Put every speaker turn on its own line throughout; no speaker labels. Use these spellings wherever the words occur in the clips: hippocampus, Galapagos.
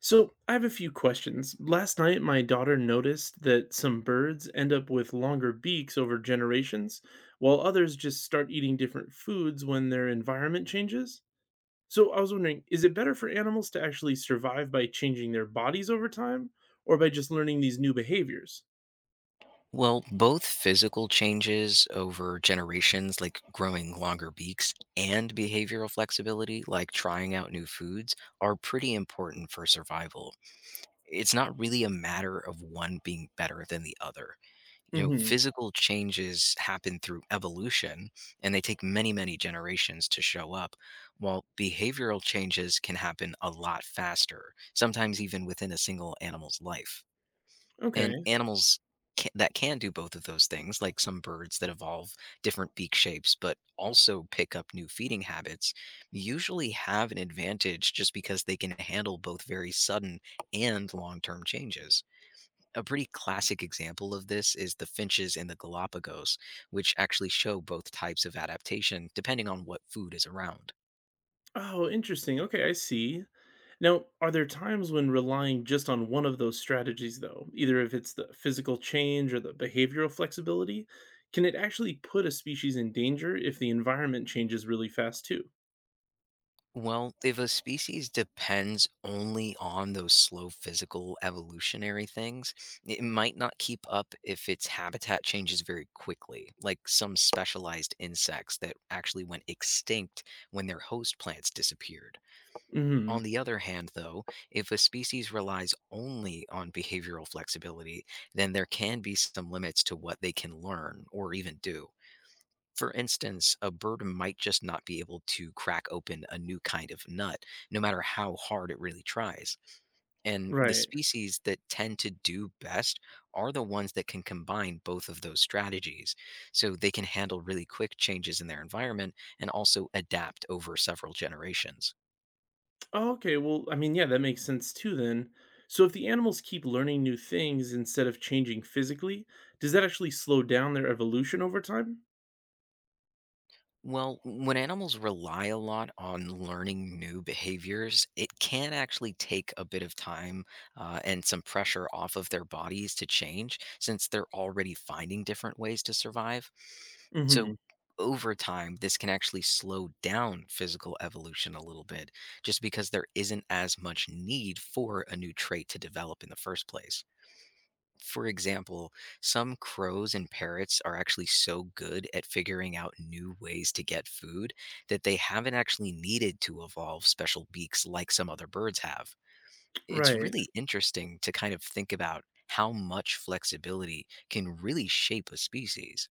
So, I have a few questions. Last night, my daughter noticed that some birds end up with longer beaks over generations, while others just start eating different foods when their environment changes. So, I was wondering, is it better for animals to actually survive by changing their bodies over time or by just learning these new behaviors?
Well, both physical changes over generations, like growing longer beaks, and behavioral flexibility, like trying out new foods, are pretty important for survival. It's not really a matter of one being better than the other. You know,
Hmm.
physical changes happen through evolution and they take many, many generations to show up, while behavioral changes can happen a lot faster, sometimes even within a single animal's life. And
Okay.
animals ca that can do both of those things, like some birds that evolve different beak shapes, but also pick up new feeding habits, usually have an advantage just because they can handle both very sudden and long-term changes. A pretty classic example of this is the finches in the Galapagos, which actually show both types of adaptation depending on what food is around.
Oh, interesting. Okay, I see. Now, are there times when relying just on one of those strategies, though, either if it's the physical change or the behavioral flexibility, can it actually put a species in danger if the environment changes really fast, too?
Well, if a species depends only on those slow physical evolutionary things, it might not keep up if its habitat changes very quickly, like some specialized insects that actually went extinct when their host plants disappeared. On
Hmm.
the other hand, though, if a species relies only on behavioral flexibility, then there can be some limits to what they can learn or even do. For instance, a bird might just not be able to crack open a new kind of nut, no matter how hard it really tries. And the
Right.
species that tend to do best are the ones that can combine both of those strategies. So they can handle really quick changes in their environment and also adapt over several generations.
Oh, okay. Well, I mean, yeah, that makes sense, too, then. So, if the animals keep learning new things instead of changing physically, does that actually slow down their evolution over time?
Well, when animals rely a lot on learning new behaviors, it can actually take a bit of time and some pressure off of their bodies to change since they're already finding different ways to survive. So,
Hmm.
over time, this can actually slow down physical evolution a little bit just because there isn't as much need for a new trait to develop in the first place. For example, some crows and parrots are actually so good at figuring out new ways to get food that they haven't actually needed to evolve special beaks like some other birds have. It's
Right.
really interesting to kind of think about how much flexibility can really shape a species.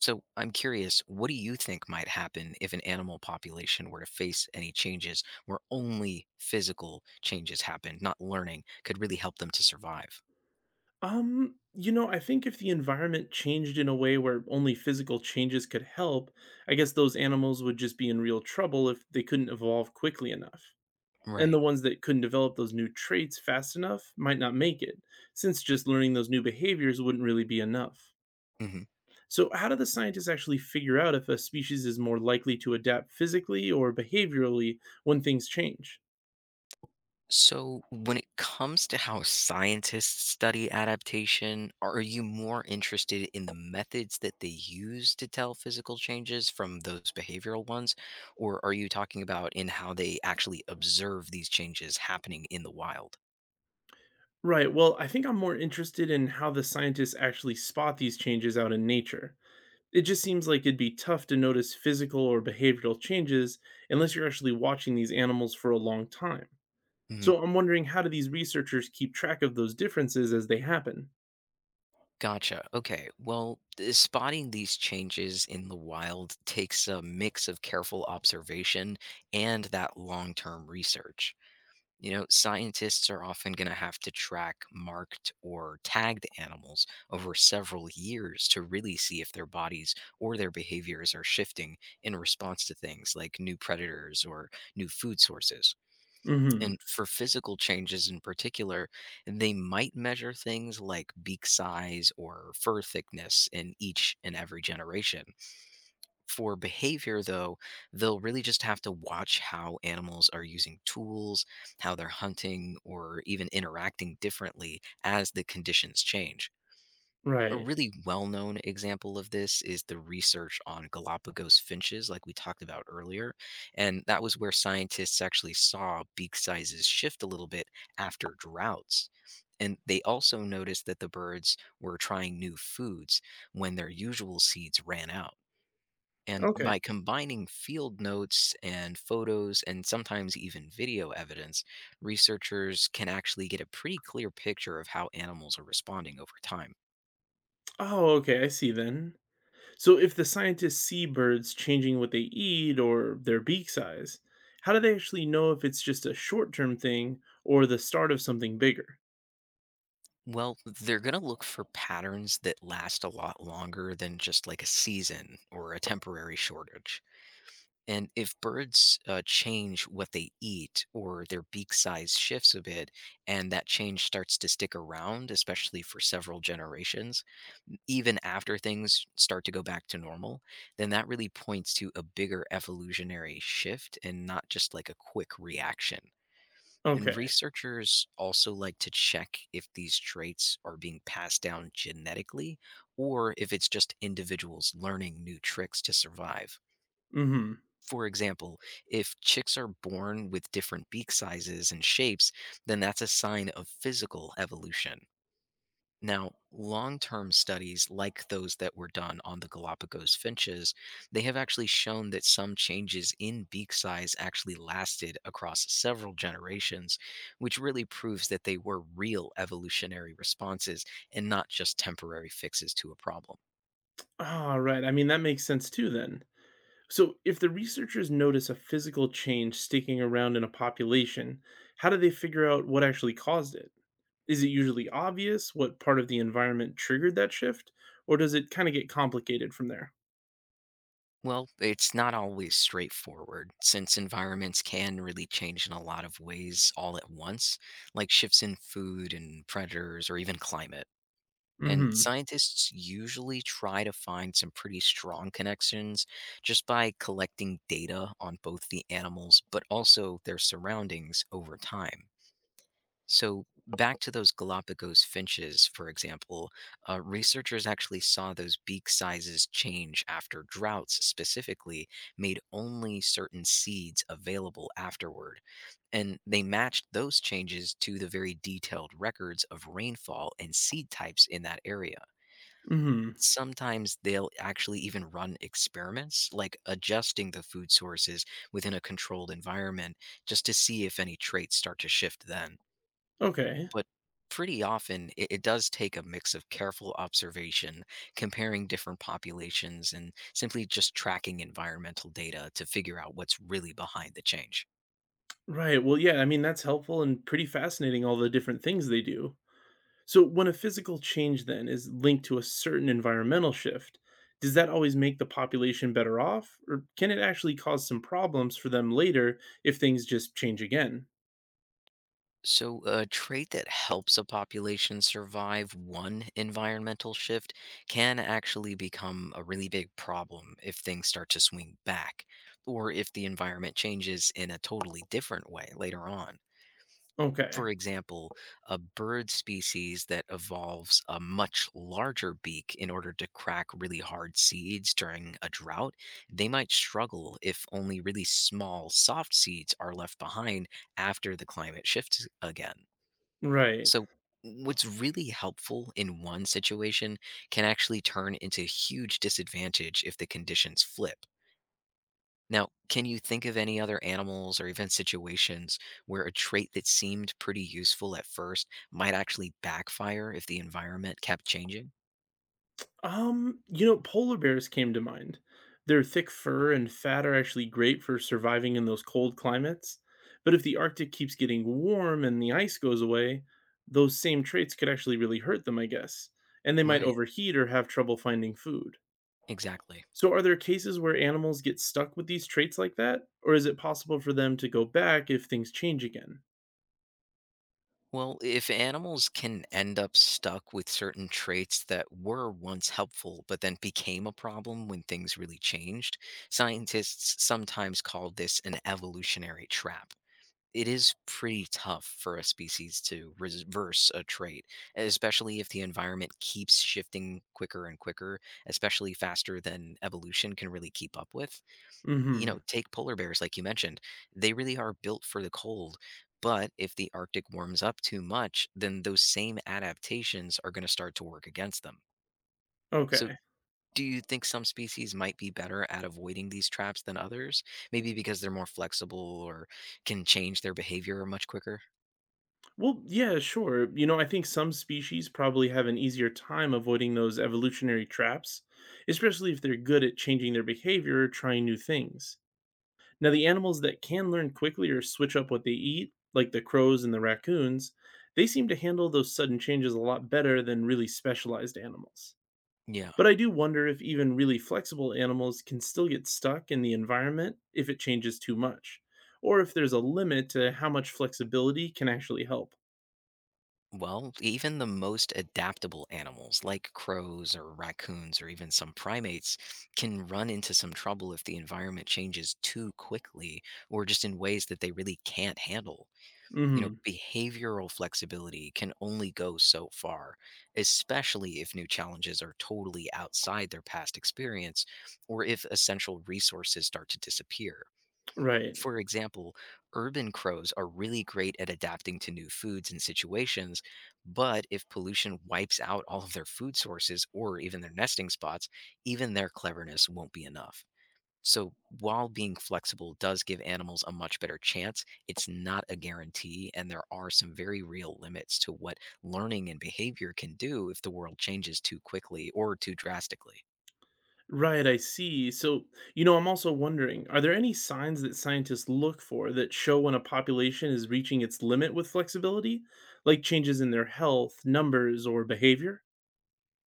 So, I'm curious, what do you think might happen if an animal population were to face any changes where only physical changes happen, not learning, could really help them to survive?
I think if the environment changed in a way where only physical changes could help, I guess those animals would just be in real trouble if they couldn't evolve quickly enough. And
Right.
the ones that couldn't develop those new traits fast enough might not make it, since just learning those new behaviors wouldn't really be enough.
Hmm.
So, how do the scientists actually figure out if a species is more likely to adapt physically or behaviorally when things change?
So, when it comes to how scientists study adaptation, are you more interested in the methods that they use to tell physical changes from those behavioral ones? Or are you talking about in how they actually observe these changes happening in the wild?
Right, well, I think I'm more interested in how the scientists actually spot these changes out in nature. It just seems like it'd be tough to notice physical or behavioral changes unless you're actually watching these animals for a long time.
Mhm.
So, I'm wondering, how do these researchers keep track of those differences as they happen?
Gotcha. Okay. Well, spotting these changes in the wild takes a mix of careful observation and that long term research. You know, scientists are often going to have to track marked or tagged animals over several years to really see if their bodies or their behaviors are shifting in response to things like new predators or new food sources.
Mhm.
And for physical changes in particular, they might measure things like beak size or fur thickness in each and every generation. For behavior, though, they'll really just have to watch how animals are using tools, how they're hunting, or even interacting differently as the conditions change. A
Right.
really well known example of this is the research on Galapagos finches, like we talked about earlier. And that was where scientists actually saw beak sizes shift a little bit after droughts. And they also noticed that the birds were trying new foods when their usual seeds ran out. And
Okay.
by combining field notes and photos and sometimes even video evidence, researchers can actually get a pretty clear picture of how animals are responding over time.
Oh, okay, I see then. So if the scientists see birds changing what they eat or their beak size, how do they actually know if it's just a short-term thing or the start of something bigger?
Well, they're going to look for patterns that last a lot longer than just like a season or a temporary shortage. And if birds change what they eat or their beak size shifts a bit, and that change starts to stick around, especially for several generations, even after things start to go back to normal, then that really points to a bigger evolutionary shift and not just like a quick reaction. And
Okay.
researchers also like to check if these traits are being passed down genetically or if it's just individuals learning new tricks to survive.
Mhm.
For example, if chicks are born with different beak sizes and shapes, then that's a sign of physical evolution. Now, long-term studies like those that were done on the Galapagos finches, they have actually shown that some changes in beak size actually lasted across several generations, which really proves that they were real evolutionary responses and not just temporary fixes to a problem.
Ah, right. I mean, that makes sense too then. So, if the researchers notice a physical change sticking around in a population, how do they figure out what actually caused it? Is it usually obvious what part of the environment triggered that shift, or does it kind of get complicated from there?
Well, it's not always straightforward, since environments can really change in a lot of ways all at once, like shifts in food and predators or even climate. And
Hmm.
scientists usually try to find some pretty strong connections just by collecting data on both the animals but also their surroundings over time. So, back to those Galapagos finches, for example, researchers actually saw those beak sizes change after droughts specifically made only certain seeds available afterward. And they matched those changes to the very detailed records of rainfall and seed types in that area.
Hmm.
Sometimes they'll actually even run experiments like adjusting the food sources within a controlled environment just to see if any traits start to shift then,
Okay.
but pretty often it does take a mix of careful observation, comparing different populations, and simply just tracking environmental data to figure out what's really behind the change.
Right. Well, yeah, I mean, that's helpful and pretty fascinating, all the different things they do. So, when a physical change then is linked to a certain environmental shift, does that always make the population better off? Or can it actually cause some problems for them later if things just change again?
So, a trait that helps a population survive one environmental shift can actually become a really big problem if things start to swing back, or if the environment changes in a totally different way later on.
Okay,
For example, a bird species that evolves a much larger beak in order to crack really hard seeds during a drought, they might struggle if only really small, soft seeds are left behind after the climate shifts again.
right.
So, what's really helpful in one situation can actually turn into huge disadvantage if the conditions flip. Now, can you think of any other animals or even situations where a trait that seemed pretty useful at first might actually backfire if the environment kept changing?
Polar bears came to mind. Their thick fur and fat are actually great for surviving in those cold climates. But if the Arctic keeps getting warm and the ice goes away, those same traits could actually really hurt them, I guess. And they might
Right,
overheat or have trouble finding food.
exactly.
So, are there cases where animals get stuck with these traits like that? Or is it possible for them to go back if things change again?
Well, if animals can end up stuck with certain traits that were once helpful but then became a problem when things really changed, scientists sometimes call this an evolutionary trap. It is pretty tough for a species to reverse a trait, especially if the environment keeps shifting quicker and quicker, especially faster than evolution can really keep up with. You
Hmm.
know, take polar bears, like you mentioned, they really are built for the cold. But if the Arctic warms up too much, then those same adaptations are going to start to work against them. So,
Okay.
do you think some species might be better at avoiding these traps than others? Maybe because they're more flexible or can change their behavior much quicker?
Well, yeah, sure. You know, I think some species probably have an easier time avoiding those evolutionary traps, especially if they're good at changing their behavior or trying new things. Now, the animals that can learn quickly or switch up what they eat, like the crows and the raccoons, they seem to handle those sudden changes a lot better than really specialized animals.
Yeah.
But I do wonder if even really flexible animals can still get stuck in the environment if it changes too much, or if there's a limit to how much flexibility can actually help.
Well, even the most adaptable animals, like crows or raccoons or even some primates, can run into some trouble if the environment changes too quickly or just in ways that they really can't handle. You know,
Hmm.
behavioral flexibility can only go so far, especially if new challenges are totally outside their past experience or if essential resources start to disappear.
Right.
For example, urban crows are really great at adapting to new foods and situations, but if pollution wipes out all of their food sources or even their nesting spots, even their cleverness won't be enough. So, while being flexible does give animals a much better chance, it's not a guarantee, and there are some very real limits to what learning and behavior can do if the world changes too quickly or too drastically.
Right, I see. So, you know, I'm also wondering, are there any signs that scientists look for that show when a population is reaching its limit with flexibility, like changes in their health, numbers, or behavior?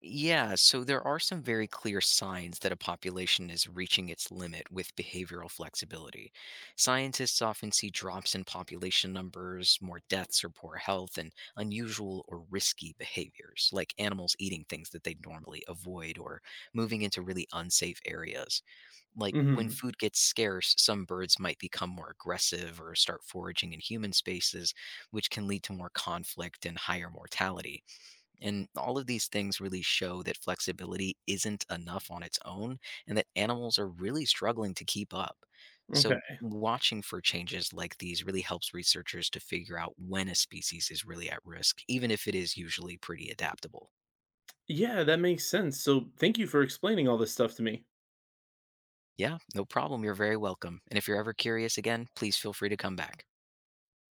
Yeah, so there are some very clear signs that a population is reaching its limit with behavioral flexibility. Scientists often see drops in population numbers, more deaths or poor health, and unusual or risky behaviors, like animals eating things that they normally avoid or moving into really unsafe areas. Like when
Hmm.
food gets scarce, some birds might become more aggressive or start foraging in human spaces, which can lead to more conflict and higher mortality, and all of these things really show that flexibility isn't enough on its own and that animals are really struggling to keep up. So,
Okay.
watching for changes like these really helps researchers to figure out when a species is really at risk, even if it is usually pretty adaptable.
Yeah, that makes sense. So, thank you for explaining all this stuff to me.
Yeah, no problem. You're very welcome. And if you're ever curious again, please feel free to come back.